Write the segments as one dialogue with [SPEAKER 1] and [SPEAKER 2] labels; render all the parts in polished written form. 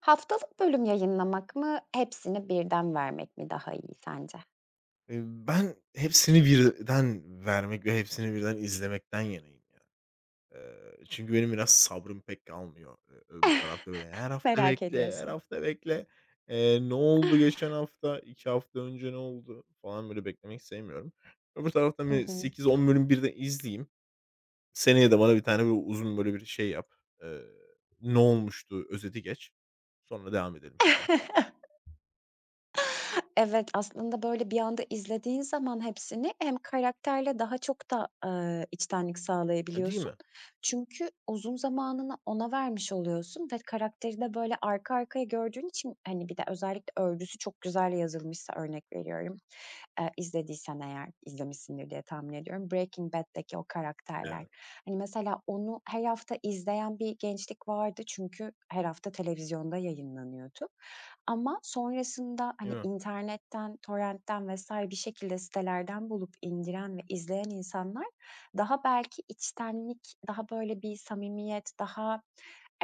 [SPEAKER 1] Haftalık bölüm yayınlamak mı, hepsini birden vermek mi daha iyi sence?
[SPEAKER 2] Ben hepsini birden vermek ve hepsini birden izlemekten yanayım ya. Çünkü benim biraz sabrım pek kalmıyor. Öbür tarafta böyle her hafta
[SPEAKER 1] Merak
[SPEAKER 2] bekle, her
[SPEAKER 1] ediyorsun.
[SPEAKER 2] hafta bekle. Ne oldu geçen hafta, 2 hafta önce ne oldu falan böyle beklemek sevmiyorum. Öbür taraftan
[SPEAKER 1] Hı
[SPEAKER 2] böyle
[SPEAKER 1] hı.
[SPEAKER 2] 8-10 bölüm birden izleyeyim. Seneye de bana bir tane böyle uzun böyle bir şey yap. Eee, ne olmuştu özeti geç. Sonra devam edelim.
[SPEAKER 1] Evet, aslında böyle bir anda izlediğin zaman hepsini hem karakterle daha çok da, içtenlik
[SPEAKER 2] E, değil
[SPEAKER 1] sağlayabiliyorsun.
[SPEAKER 2] mi?
[SPEAKER 1] Çünkü uzun zamanını ona vermiş oluyorsun ve karakteri de böyle arka arkaya gördüğün için, hani, bir de özellikle örgüsü çok güzel yazılmışsa örnek veriyorum, izlediysen eğer, izlemişsindir diye tahmin ediyorum. Breaking Bad'deki o karakterler.
[SPEAKER 2] Evet.
[SPEAKER 1] Hani, mesela onu her hafta izleyen bir gençlik vardı çünkü her hafta televizyonda yayınlanıyordu. Ama sonrasında, hani,
[SPEAKER 2] Değil mi?
[SPEAKER 1] internetten, torrentten vs. bir şekilde sitelerden bulup indiren ve izleyen insanlar daha belki içtenlik, daha böyle bir samimiyet, daha,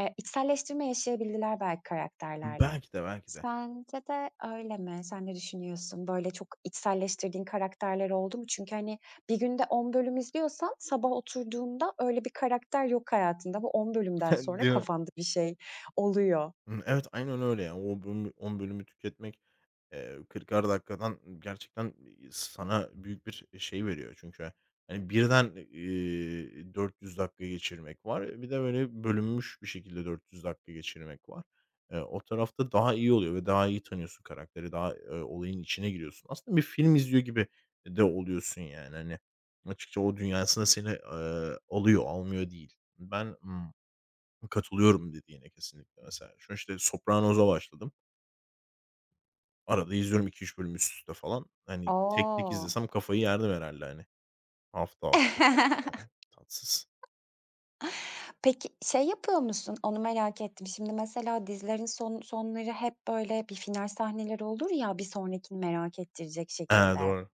[SPEAKER 1] içselleştirme yaşayabildiler belki karakterlerle.
[SPEAKER 2] Belki de, belki de.
[SPEAKER 1] Sence de öyle mi? Sen ne düşünüyorsun? Böyle çok içselleştirdiğin karakterler oldu mu? Çünkü, hani, bir günde 10 bölüm izliyorsan sabah oturduğunda öyle bir karakter yok hayatında. Bu 10 bölümden sonra
[SPEAKER 2] Değil mi?
[SPEAKER 1] kafanda bir şey oluyor.
[SPEAKER 2] Hımm, evet, aynen öyle yani o bölümü 10 bölümü tüketmek, 40'ar dakikadan gerçekten, sana büyük bir şey veriyor. Çünkü, hani, birden, 400 dakika geçirmek var. Bir de böyle bölünmüş bir şekilde 400 dakika geçirmek var. O tarafta daha iyi oluyor ve daha iyi tanıyorsun karakteri, daha, olayın içine giriyorsun. Aslında bir film izliyor gibi de oluyorsun yani. Hani, açıkça o dünyasına seni, alıyor, almıyor değil. Katılıyorum dediğine kesinlikle. Mesela şu an işte Sopranos'a başladım. Arada izliyorum iki üç bölüm üst üste falan. Hani tek tek
[SPEAKER 1] Aa.
[SPEAKER 2] izlesem kafayı yerdim herhâlde hani. Hafta hafta falan yani. Tatsız.
[SPEAKER 1] Peki, şey yapıyor musun? Onu merak ettim. Şimdi mesela dizilerin son sonları hep böyle bir final sahneleri olur ya, bir sonrakini merak ettirecek
[SPEAKER 2] He,
[SPEAKER 1] şekilde.
[SPEAKER 2] doğru.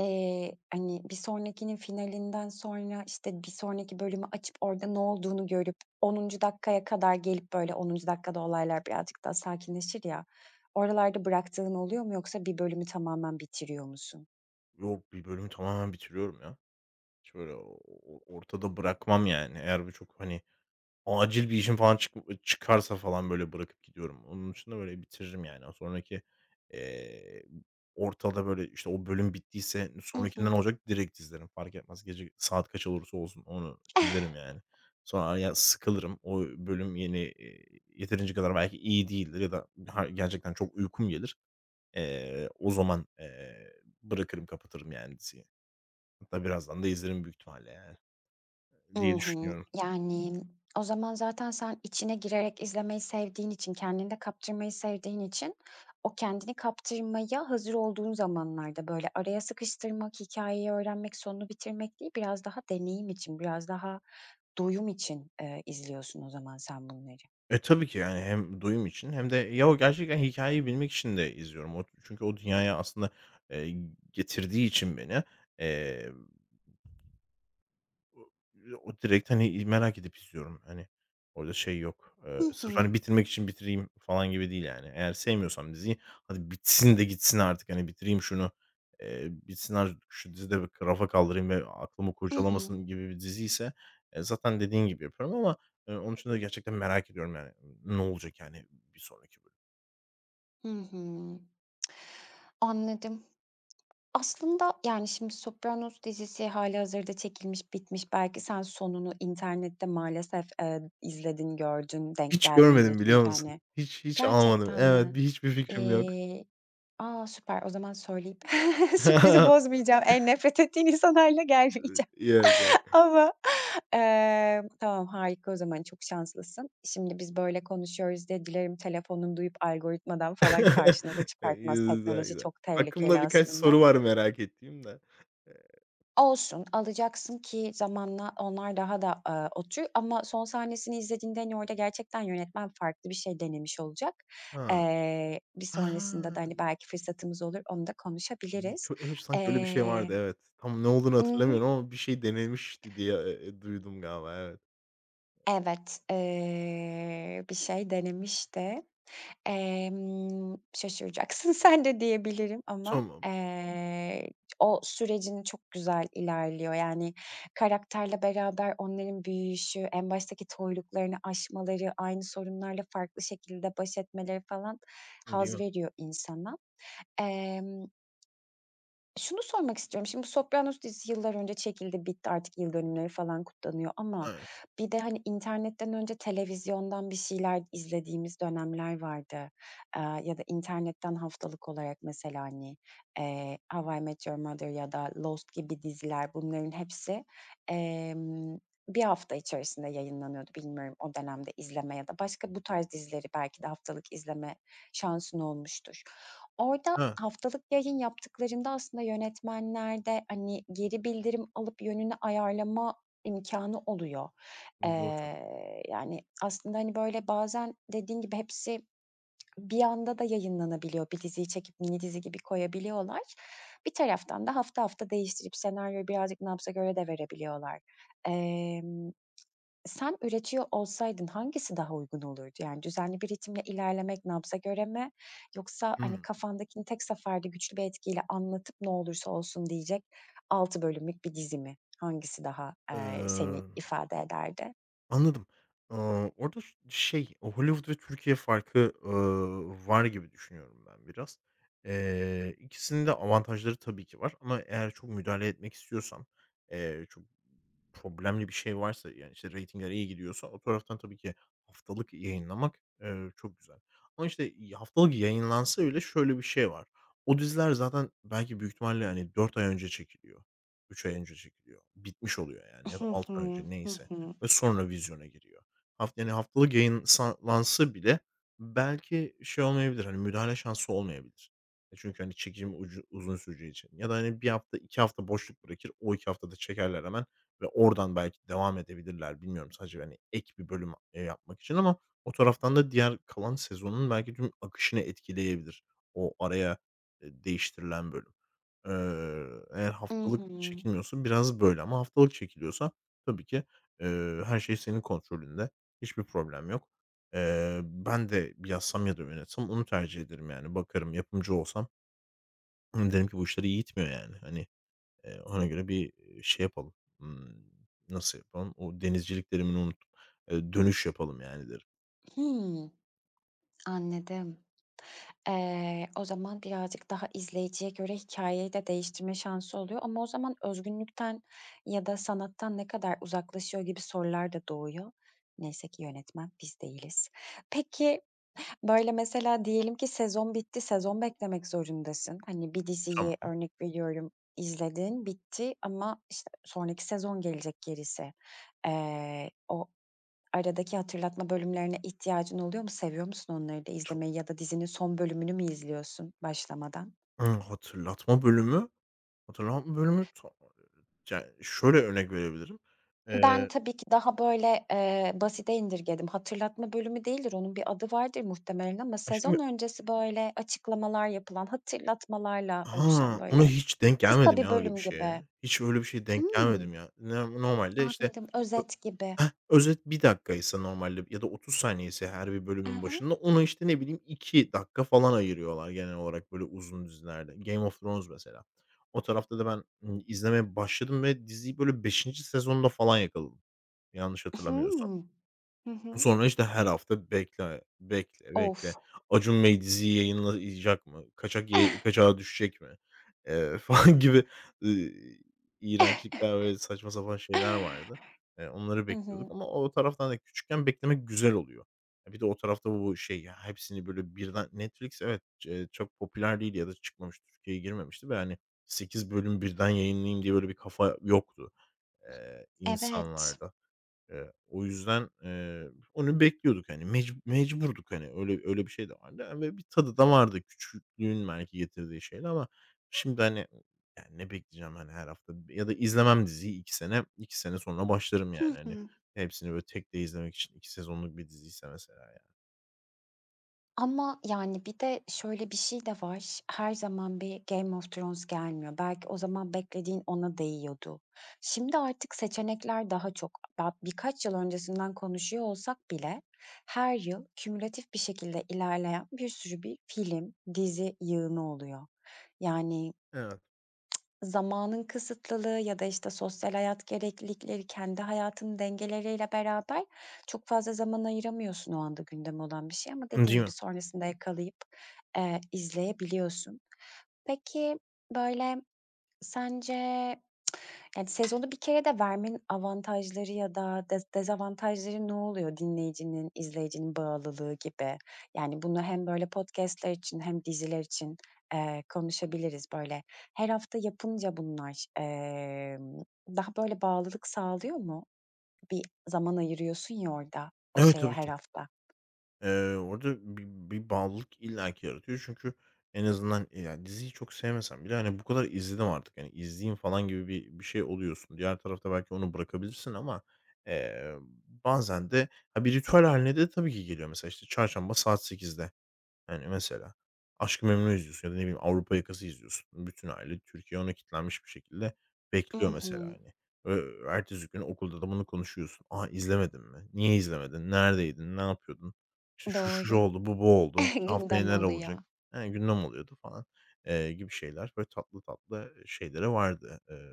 [SPEAKER 1] Hani, bir sonrakinin finalinden sonra, işte, bir sonraki bölümü açıp orada ne olduğunu görüp 10. dakikaya kadar gelip böyle onuncu dakikada olaylar birazcık daha sakinleşir ya, oralarda bıraktığın oluyor mu yoksa bir bölümü tamamen bitiriyor musun?
[SPEAKER 2] Yok, bir bölümü tamamen bitiriyorum ya. Şöyle o ortada bırakmam yani. Eğer bu çok hani acil bir işim falan çıkarsa falan, böyle, bırakıp gidiyorum. Onun dışında, böyle, bitiririm yani. Sonraki, eee, ortada, böyle, işte, o bölüm bittiyse
[SPEAKER 1] I
[SPEAKER 2] sonraki
[SPEAKER 1] hı.
[SPEAKER 2] ne olacak direkt izlerim. Fark etmez gece saat kaç olursa olsun onu izlerim yani. Sonra ya sıkılırım. O bölüm yeni, yeterince kadar belki iyi değildir ya da ha gerçekten çok uykum gelir. O zaman, bırakırım, kapatırım yani diziyi. Hatta birazdan da izlerim büyük ihtimalle yani
[SPEAKER 1] I
[SPEAKER 2] diye
[SPEAKER 1] hı.
[SPEAKER 2] düşünüyorum.
[SPEAKER 1] Yani, o zaman zaten sen içine girerek izlemeyi sevdiğin için, kendini de kaptırmayı sevdiğin için o kendini kaptırmaya hazır olduğun zamanlarda, böyle, araya sıkıştırmak, hikayeyi öğrenmek, sonunu bitirmek değil, biraz daha deneyim için, biraz daha doyum için, izliyorsun o zaman sen bunları.
[SPEAKER 2] E, tabii ki yani hem duyum için hem de ya o gerçekten hikayeyi bilmek için de izliyorum. O çünkü o dünyaya aslında, eee, getirdiği için beni, eee o o direkt, hani, merak edip izliyorum. Hani, orada şey yok. Eee,
[SPEAKER 1] Hı
[SPEAKER 2] sırf,
[SPEAKER 1] hı.
[SPEAKER 2] hani, bitirmek için bitireyim falan gibi değil yani. Eğer sevmiyorsam diziyi, hadi bitsin de gitsin artık, hani, bitireyim şunu, bitsin artık şu diziyi de rafa kaldırayım ve aklımı
[SPEAKER 1] Hı hı.
[SPEAKER 2] kurcalamasın gibi bir diziyse, zaten dediğin gibi yapıyorum ama, onun için de gerçekten merak ediyorum yani. Ne olacak yani bir sonraki bölüm?
[SPEAKER 1] Hı hı. Anladım. Aslında, yani, şimdi Sopranos dizisi hâlihazırda çekilmiş, bitmiş. Belki sen sonunu internette maalesef, izledin, gördün, denk
[SPEAKER 2] Hiç
[SPEAKER 1] geldin bile
[SPEAKER 2] görmedim biliyor
[SPEAKER 1] çünkü. Hı hı.
[SPEAKER 2] musun?
[SPEAKER 1] Hani.
[SPEAKER 2] Hiç almadım.
[SPEAKER 1] Gerçekten
[SPEAKER 2] Evet,
[SPEAKER 1] mi?
[SPEAKER 2] hiçbir fikrim yok.
[SPEAKER 1] Eee, A, süper. O zaman söyleyip sürprizi bozmayacağım. En nefret ettiğin insanlarla gelmeyeceğim
[SPEAKER 2] Yok.
[SPEAKER 1] ama, tamam, harika o zaman, çok şanslısın. Şimdi biz böyle konuşuyoruz diye dilerim telefonun duyup algoritmadan falan karşına da
[SPEAKER 2] Eee,
[SPEAKER 1] çıkartmaz.
[SPEAKER 2] güzel,
[SPEAKER 1] Teknoloji
[SPEAKER 2] güzel.
[SPEAKER 1] çok tehlikeli
[SPEAKER 2] Aklımda birkaç
[SPEAKER 1] aslında.
[SPEAKER 2] soru var merak ettiğim de. Eee,
[SPEAKER 1] Olsun, alacaksın ki zamanla onlar daha da, otur ama son sahnesini izlediğinde, hani, orada gerçekten yönetmen farklı bir şey denemiş olacak.
[SPEAKER 2] ha.
[SPEAKER 1] Bir sonrasında da,
[SPEAKER 2] A!
[SPEAKER 1] hani, belki fırsatımız olur, onu da
[SPEAKER 2] Ne
[SPEAKER 1] konuşabiliriz.
[SPEAKER 2] çok evet, sanki öyle bir şey
[SPEAKER 1] Eee
[SPEAKER 2] vardı, evet. Tam ne olduğunu
[SPEAKER 1] Hı hı.
[SPEAKER 2] hatırlamıyorum ama bir şey denemişti diye, duydum galiba, evet.
[SPEAKER 1] Evet, bir şey denemişti. Şaşıracaksın sen de diyebilirim ama,
[SPEAKER 2] Tamam.
[SPEAKER 1] o sürecin çok güzel ilerliyor. Yani, karakterle beraber onların büyüyüşü, en baştaki toyluklarını aşmaları, aynı sorunlarla farklı şekilde baş etmeleri falan
[SPEAKER 2] Değil
[SPEAKER 1] haz
[SPEAKER 2] mi?
[SPEAKER 1] veriyor insana. Emm Şunu sormak istiyorum. Şimdi bu Sopranos dizisi yıllar önce çekildi, bitti artık yıl dönümleri falan kutlanıyor ama
[SPEAKER 2] Ha.
[SPEAKER 1] bir de, hani, internetten önce televizyondan bir şeyler izlediğimiz dönemler vardı. Ya da internetten haftalık olarak mesela, hani, How I Met Your Mother ya da Lost gibi diziler bunların hepsi, emm, 1 hafta içerisinde yayınlanıyordu. Bilmiyorum o dönemde izleme ya da başka bu tarz dizileri belki de haftalık izleme şansın olmuştur. Orada
[SPEAKER 2] He.
[SPEAKER 1] haftalık yayın yaptıklarında aslında yönetmenlerde, hani, geri bildirim alıp yönünü ayarlama imkânı oluyor.
[SPEAKER 2] Doğru tabii ki.
[SPEAKER 1] Yani, aslında, hani, böyle, bazen dediğin gibi hepsi bir anda da yayınlanabiliyor. Bir diziyi çekip mini dizi gibi koyabiliyorlar. Bir taraftan da hafta hafta değiştirip senaryoyu birazcık nabza göre de verebiliyorlar. Emm Sen üretiyor olsaydın hangisi daha uygun olurdu? Yani, düzenli bir ritimle ilerlemek nabza göre mi yoksa, hani,
[SPEAKER 2] Hımm.
[SPEAKER 1] kafandakini tek seferde güçlü bir etkiyle anlatıp ne olursa olsun diyecek 6 bölümlük bir dizi mi? Hangisi daha, seni ifade ederdi?
[SPEAKER 2] Anladım. Orada şey, o Hollywood ve Türkiye farkı, var gibi düşünüyorum ben biraz. İkisinin de avantajları tabii ki var ama eğer çok müdahale etmek istiyorsam, çok problemli bir şey varsa, yani, işte, reytingler iyi gidiyorsa o taraftan tabii ki haftalık yayınlamak, çok güzel. Ama, işte, haftalık yayınlansa bile şöyle bir şey var. O diziler zaten belki büyük ihtimalle, hani, 4 ay önce çekiliyor, 3 ay önce çekiliyor, bitmiş oluyor yani ya da
[SPEAKER 1] Hı
[SPEAKER 2] 6 ay
[SPEAKER 1] hı.
[SPEAKER 2] önce
[SPEAKER 1] Hı
[SPEAKER 2] neyse
[SPEAKER 1] hı.
[SPEAKER 2] ve sonra vizyona giriyor. Yani, haftalık yayınlansa bile belki şey olmayabilir, hani, müdahale şansı olmayabilir. E, çünkü, hani, çekim ucu uzun süreceği için ya da, hani, bir hafta, 2 hafta boşluk bırakır, o 2 haftada çekerler hemen ve oradan belki devam edebilirler. Bilmiyorum, sadece, hani, ek bir bölüm, yapmak için ama o taraftan da diğer kalan sezonun belki tüm akışını etkileyebilir o araya, değiştirilen bölüm. Eee, eğer
[SPEAKER 1] I hı.
[SPEAKER 2] haftalık çekilmiyorsa biraz böyle ama haftalık çekiliyorsa tabii ki. Her şey senin kontrolünde. Hiçbir problem yok. Ben de yazsam ya da yönetsem onu tercih ederim yani. Bakarım, yapımcı olsam derim ki bu işleri iyi gitmiyor yani. Hani, ona göre bir, şey yapalım. Imm, nasıl yapalım? O denizcilik terimini unuttum. Dönüş yapalım yani." derim.
[SPEAKER 1] Hımm. Anladım. O zaman birazcık daha izleyiciye göre hikayeyi de değiştirme şansı oluyor ama o zaman özgünlükten ya da sanattan ne kadar uzaklaşıyor gibi sorular da doğuyor. Neyse ki yönetmen biz değiliz. Peki, böyle, mesela diyelim ki sezon bitti, sezon beklemek zorundasın. Hani, bir diziyi
[SPEAKER 2] Tamam.
[SPEAKER 1] örnek veriyorum izledin, bitti ama, işte, sonraki sezon gelecek gerisi. O Aradaki hatırlatma bölümlerine ihtiyacın oluyor mu? Seviyor musun onları da
[SPEAKER 2] Tu
[SPEAKER 1] izlemeyi ya da dizinin son bölümünü mü izliyorsun başlamadan?
[SPEAKER 2] Imm, hatırlatma bölümü hatırlatma bölümü, yani şöyle örnek verebilirim.
[SPEAKER 1] Ben
[SPEAKER 2] Eee,
[SPEAKER 1] tabii ki daha böyle, basite indirgedim. Hatırlatma bölümü değildir, onun bir adı vardır muhtemelen ama sezon
[SPEAKER 2] Şimdi,
[SPEAKER 1] öncesi böyle açıklamalar yapılan, hatırlatmalarla oluşan
[SPEAKER 2] ha, ona
[SPEAKER 1] böyle
[SPEAKER 2] hiç denk
[SPEAKER 1] kısa
[SPEAKER 2] gelmedim
[SPEAKER 1] bir
[SPEAKER 2] ya öyle bir
[SPEAKER 1] bölüm
[SPEAKER 2] şeye.
[SPEAKER 1] gibi.
[SPEAKER 2] Hiç öyle bir şeye denk
[SPEAKER 1] Hımm,
[SPEAKER 2] gelmedim ya. No Normalde, işte,
[SPEAKER 1] anladım,
[SPEAKER 2] ö
[SPEAKER 1] özet gibi.
[SPEAKER 2] heh, özet 1 dakikaysa normalde ya da 30 saniyeyse her bir
[SPEAKER 1] I
[SPEAKER 2] bölümün
[SPEAKER 1] hı.
[SPEAKER 2] başında ona, işte, ne bileyim 2 dakika falan ayırıyorlar genel olarak böyle uzun dizilerde. Game of Thrones mesela. O tarafta da ben, izlemeye başladım ve diziyi böyle beşinci sezonda falan yakaladım yanlış hatırlamıyorsam.
[SPEAKER 1] Hımm. Hı hı.
[SPEAKER 2] Sonra, işte, her hafta bekle, bekle,
[SPEAKER 1] Of.
[SPEAKER 2] bekle. Acun Bey diziyi yayınlayacak mı? Kaçak yayı kaçağa düşecek mi? Falan gibi, ııı, iğrençlikler ve saçma sapan şeyler vardı. Onları
[SPEAKER 1] Hı
[SPEAKER 2] bekliyorduk
[SPEAKER 1] hı.
[SPEAKER 2] ama o taraftan da küçükken beklemek güzel oluyor. E, bir de o tarafta bu şey ya, hepsini böyle birden Netflix evet, çok popüler değil ya da çıkmamış, Türkiye'ye girmemişti ve, hani, 8 bölüm birden yayınlayayım diye böyle bir kafa yoktu,
[SPEAKER 1] Evet.
[SPEAKER 2] insanlarda. O yüzden, onu bekliyorduk, hani, mecburduk, hani, öyle öyle bir şey de vardı. Ve bir tadı da vardı küçüklüğün belki getirdiği şeyle ama şimdi, hani, yani, ne bekleyeceğim, hani, her hafta ya da izlemem diziyi iki sene sonra başlarım,
[SPEAKER 1] Hı
[SPEAKER 2] yani, hani,
[SPEAKER 1] hı.
[SPEAKER 2] hepsini böyle tek de izlemek için 2 sezonluk bir diziyse mesela, yani.
[SPEAKER 1] Ama, yani, bir de şöyle bir şey de var. Her zaman bir Game of Thrones gelmiyor. Belki o zaman beklediğin ona değiyordu. Şimdi artık seçenekler daha çok. Birkaç yıl öncesinden konuşuyor olsak bile her yıl kümülatif bir şekilde ilerleyen bir sürü bir film, dizi yığını oluyor. Yani,
[SPEAKER 2] Evet.
[SPEAKER 1] zamanın kısıtlılığı ya da, işte, sosyal hayat gereklilikleri, kendi hayatın dengeleriyle beraber çok fazla zaman ayıramıyorsun o anda gündemi olan bir şey ama dediğin
[SPEAKER 2] Değil
[SPEAKER 1] gibi
[SPEAKER 2] mi?
[SPEAKER 1] sonrasında yakalayıp, izleyebiliyorsun. Peki, böyle, sence yani, sezonu bir kere de vermenin avantajları ya da dezavantajları ne oluyor dinleyicinin, izleyicinin bağlılığı gibi? Yani, bunu hem böyle podcast'ler için hem diziler için, konuşabiliriz. Böyle, her hafta yapınca bunlar, daha böyle bağlılık sağlıyor mu? Bir zaman ayırıyorsun ya orada, o
[SPEAKER 2] Evet,
[SPEAKER 1] şeye
[SPEAKER 2] tabii
[SPEAKER 1] her
[SPEAKER 2] ki.
[SPEAKER 1] hafta.
[SPEAKER 2] Orada bi bir bağlılık illaki yaratıyor çünkü en azından, yani, diziyi çok sevmesem bile, hani, bu kadar izledim artık, yani izleyeyim falan gibi bir şey oluyorsun. Diğer tarafta belki onu bırakabilirsin ama, eee, bazen de, ha, bir ritüel hâline de tabii ki geliyor. Mesela, işte, çarşamba saat sekizde. Yani mesela Aşk-ı Memnu izliyorsun ya da ne bileyim Avrupa Yakası izliyorsun. Bütün aile Türkiye ona kilitlenmiş bir şekilde
[SPEAKER 1] I
[SPEAKER 2] bekliyor mesela,
[SPEAKER 1] hı.
[SPEAKER 2] hani. Ertesi gün okulda da bunu konuşuyorsun. "A, izlemedin mi? Niye izlemedin? Neredeydin? Ne yapıyordun? İşte, şu şu şu
[SPEAKER 1] Doğru.
[SPEAKER 2] oldu, bu bu oldu. İşte, haftaya
[SPEAKER 1] Gündem
[SPEAKER 2] neler
[SPEAKER 1] oluyor.
[SPEAKER 2] olacak?" He, gündem oluyordu falan, gibi şeyler. Böyle tatlı tatlı şeylere vardı,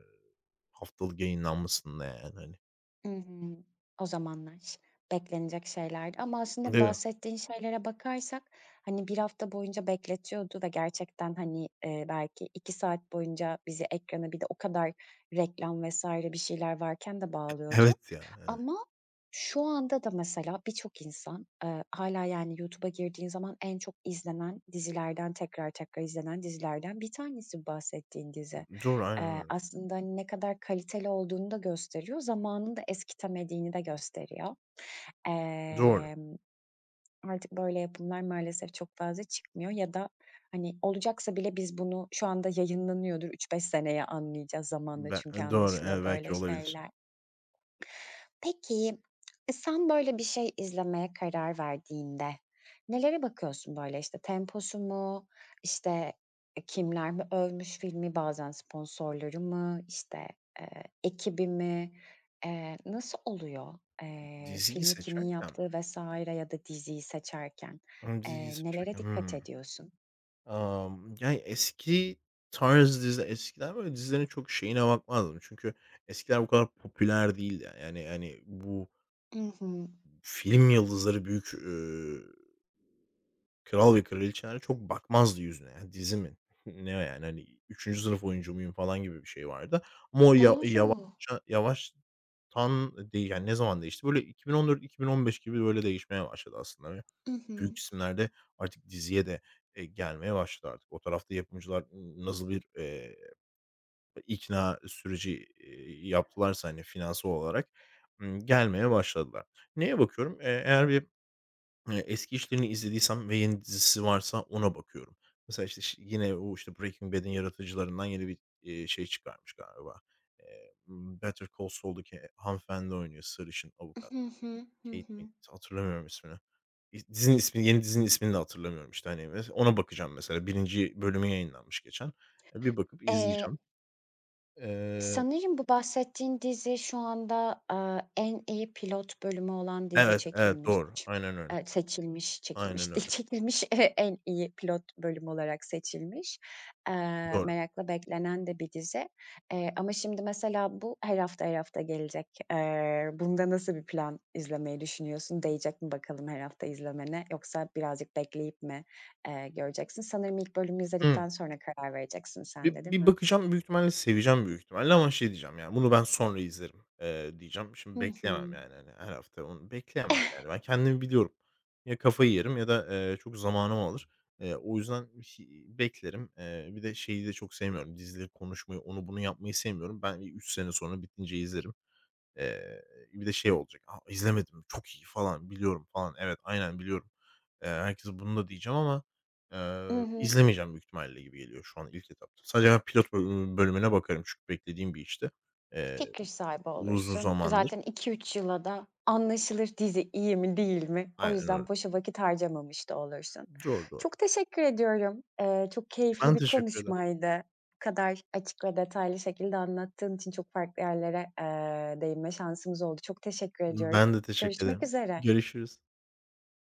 [SPEAKER 2] haftalık yayınlanmasında yani, hani.
[SPEAKER 1] Imm, O zamanlar beklenecek şeylerdi ama aslında
[SPEAKER 2] Değil mi?
[SPEAKER 1] bahsettiğin şeylere bakarsak, hani, bir hafta boyunca bekletiyordu ve gerçekten, hani, belki 2 saat boyunca bizi ekrana bir de o kadar reklam vesaire bir şeyler varken de bağlıyordu.
[SPEAKER 2] Evet ya, yani.
[SPEAKER 1] Ama şu anda da mesela birçok insan, hâlâ, yani, YouTube'a girdiğin zaman en çok izlenen dizilerden tekrar tekrar izlenen dizilerden bir tanesi bu bahsettiğin dizi.
[SPEAKER 2] Doğru, aynen öyle.
[SPEAKER 1] Aslında, hani, ne kadar kaliteli olduğunu da gösteriyor, zamanın da eskitemediğini de gösteriyor.
[SPEAKER 2] Doğru.
[SPEAKER 1] Emm, Artık böyle yapımlar maalesef çok fazla çıkmıyor ya da, hani, olacaksa bile biz bunu şu anda yayınlanıyordur, üç beş seneye anlayacağız zamanla
[SPEAKER 2] Be
[SPEAKER 1] çünkü
[SPEAKER 2] e, doğru,
[SPEAKER 1] anlaşılıyor
[SPEAKER 2] evet,
[SPEAKER 1] böyle
[SPEAKER 2] belki olabilir.
[SPEAKER 1] şeyler. Peki, sen böyle bir şey izlemeye karar verdiğinde nelere bakıyorsun böyle? İşte temposu mu, işte, kimler mi övmüş filmi, bazen sponsorları mı, işte, ekibi mi? Nasıl oluyor,
[SPEAKER 2] Diziyi
[SPEAKER 1] filmi kimin
[SPEAKER 2] seçerken mi?
[SPEAKER 1] yaptığı vesaire ya da diziyi seçerken?
[SPEAKER 2] Hımm, diziyi
[SPEAKER 1] Nelere
[SPEAKER 2] seçerken,
[SPEAKER 1] dikkat
[SPEAKER 2] hımm.
[SPEAKER 1] ediyorsun?
[SPEAKER 2] Yani, eski tarz dizi eskiden böyle dizilerin çok şeyine bakmazdım. Çünkü eskiler bu kadar popüler değildi. Yani, hani, bu
[SPEAKER 1] I hı.
[SPEAKER 2] film yıldızları, büyük, kral ve kraliçeler çok bakmazdı yüzüne. "Ya, dizi mi? Ne o yani?" Hani, 3. sınıf oyuncu muyum falan gibi bir şey vardı. Ama o ya
[SPEAKER 1] Doğru.
[SPEAKER 2] yavaşça yavaştan değil, yani, ne zaman değişti? Böyle 2014-2015 gibi böyle değişmeye başladı aslında.
[SPEAKER 1] I hı.
[SPEAKER 2] Büyük isimler de artık diziye de, gelmeye başladı artık. O tarafta yapımcılar nasıl bir, ikna süreci, yaptılarsa, hani, finansal olarak, gelmeye başladılar. Neye bakıyorum? Eğer bir, eski işlerini izlediysem ve yeni dizisi varsa ona bakıyorum. Mesela, işte, yine o, işte, Breaking Bad'in yaratıcılarından yeni bir, şey çıkarmış galiba. Eee, Better Call Saul'daki hanımefendi oynuyor, sarışın avukat.
[SPEAKER 1] Hı hı. Hı
[SPEAKER 2] Kate
[SPEAKER 1] hı.
[SPEAKER 2] miydi? Hatırlamıyorum ismini. Yeni dizinin ismini de hatırlamıyorum, işte, hani, ona bakacağım mesela. Birinci bölümü yayınlanmış geçen. E, bir bakıp
[SPEAKER 1] Eee
[SPEAKER 2] izleyeceğim. Eee
[SPEAKER 1] Sanırım bu bahsettiğin dizi şu anda, en iyi pilot bölümü olan dizi
[SPEAKER 2] Evet, evet,
[SPEAKER 1] çekilmiş.
[SPEAKER 2] doğru. Aynen öyle.
[SPEAKER 1] Seçilmiş,
[SPEAKER 2] Aynen
[SPEAKER 1] çekilmiş değil,
[SPEAKER 2] öyle.
[SPEAKER 1] çekilmiş, en iyi pilot bölüm olarak seçilmiş.
[SPEAKER 2] Doğru.
[SPEAKER 1] Merakla beklenen de bir dizi. Ama şimdi mesela bu her hafta her hafta gelecek. Bunda nasıl bir plan izlemeyi düşünüyorsun? Değecek mi bakalım her hafta izlemene yoksa birazcık bekleyip mi, göreceksin? Sanırım ilk bölümü
[SPEAKER 2] Hı.
[SPEAKER 1] izledikten sonra karar vereceksin
[SPEAKER 2] Bir
[SPEAKER 1] sen de, değil
[SPEAKER 2] bir
[SPEAKER 1] mi?
[SPEAKER 2] bakacağım, büyük ihtimalle seveceğim büyük ihtimalle ama şey diyeceğim yani, "Bunu ben sonra izlerim." Diyeceğim.
[SPEAKER 1] Hı
[SPEAKER 2] Şimdi bekleyemem
[SPEAKER 1] hı.
[SPEAKER 2] yani, hani, her hafta onu bekleyemem yani. Ben kendimi biliyorum. Ya kafayı yerim ya da, çok zamanımı alır. O yüzden beklerim. Bir de şeyi de çok sevmiyorum, dizileri konuşmayı, onu bunu yapmayı sevmiyorum. Ben 3 sene sonra bitince izlerim. Eee, bir de şey olacak, "A, izlemedim, çok iyi." falan, "Biliyorum." falan. Evet, aynen biliyorum. Herkese bunu da diyeceğim ama,
[SPEAKER 1] I hı.
[SPEAKER 2] izlemeyeceğim büyük ihtimalle gibi geliyor şu an ilk etapta. Sadece ben pilot bölümüne bakarım çünkü beklediğim bir işti. Eee,
[SPEAKER 1] Fikir sahibi
[SPEAKER 2] uzun
[SPEAKER 1] olursun.
[SPEAKER 2] zamandır.
[SPEAKER 1] Zaten iki üç yıla da anlaşılır dizi iyi mi değil mi? O
[SPEAKER 2] Aynen
[SPEAKER 1] yüzden
[SPEAKER 2] öyle.
[SPEAKER 1] boşa vakit harcamamış da olursun.
[SPEAKER 2] Doğru, doğru.
[SPEAKER 1] Çok teşekkür ediyorum. Çok keyifli
[SPEAKER 2] Ben
[SPEAKER 1] bir
[SPEAKER 2] teşekkür ederim.
[SPEAKER 1] konuşmaydı. Bu kadar açık ve detaylı şekilde anlattığın için çok farklı yerlere, değinme şansımız oldu. Çok teşekkür ediyorum.
[SPEAKER 2] Ben de teşekkür
[SPEAKER 1] Görüşmek
[SPEAKER 2] ederim.
[SPEAKER 1] üzere.
[SPEAKER 2] Görüşürüz.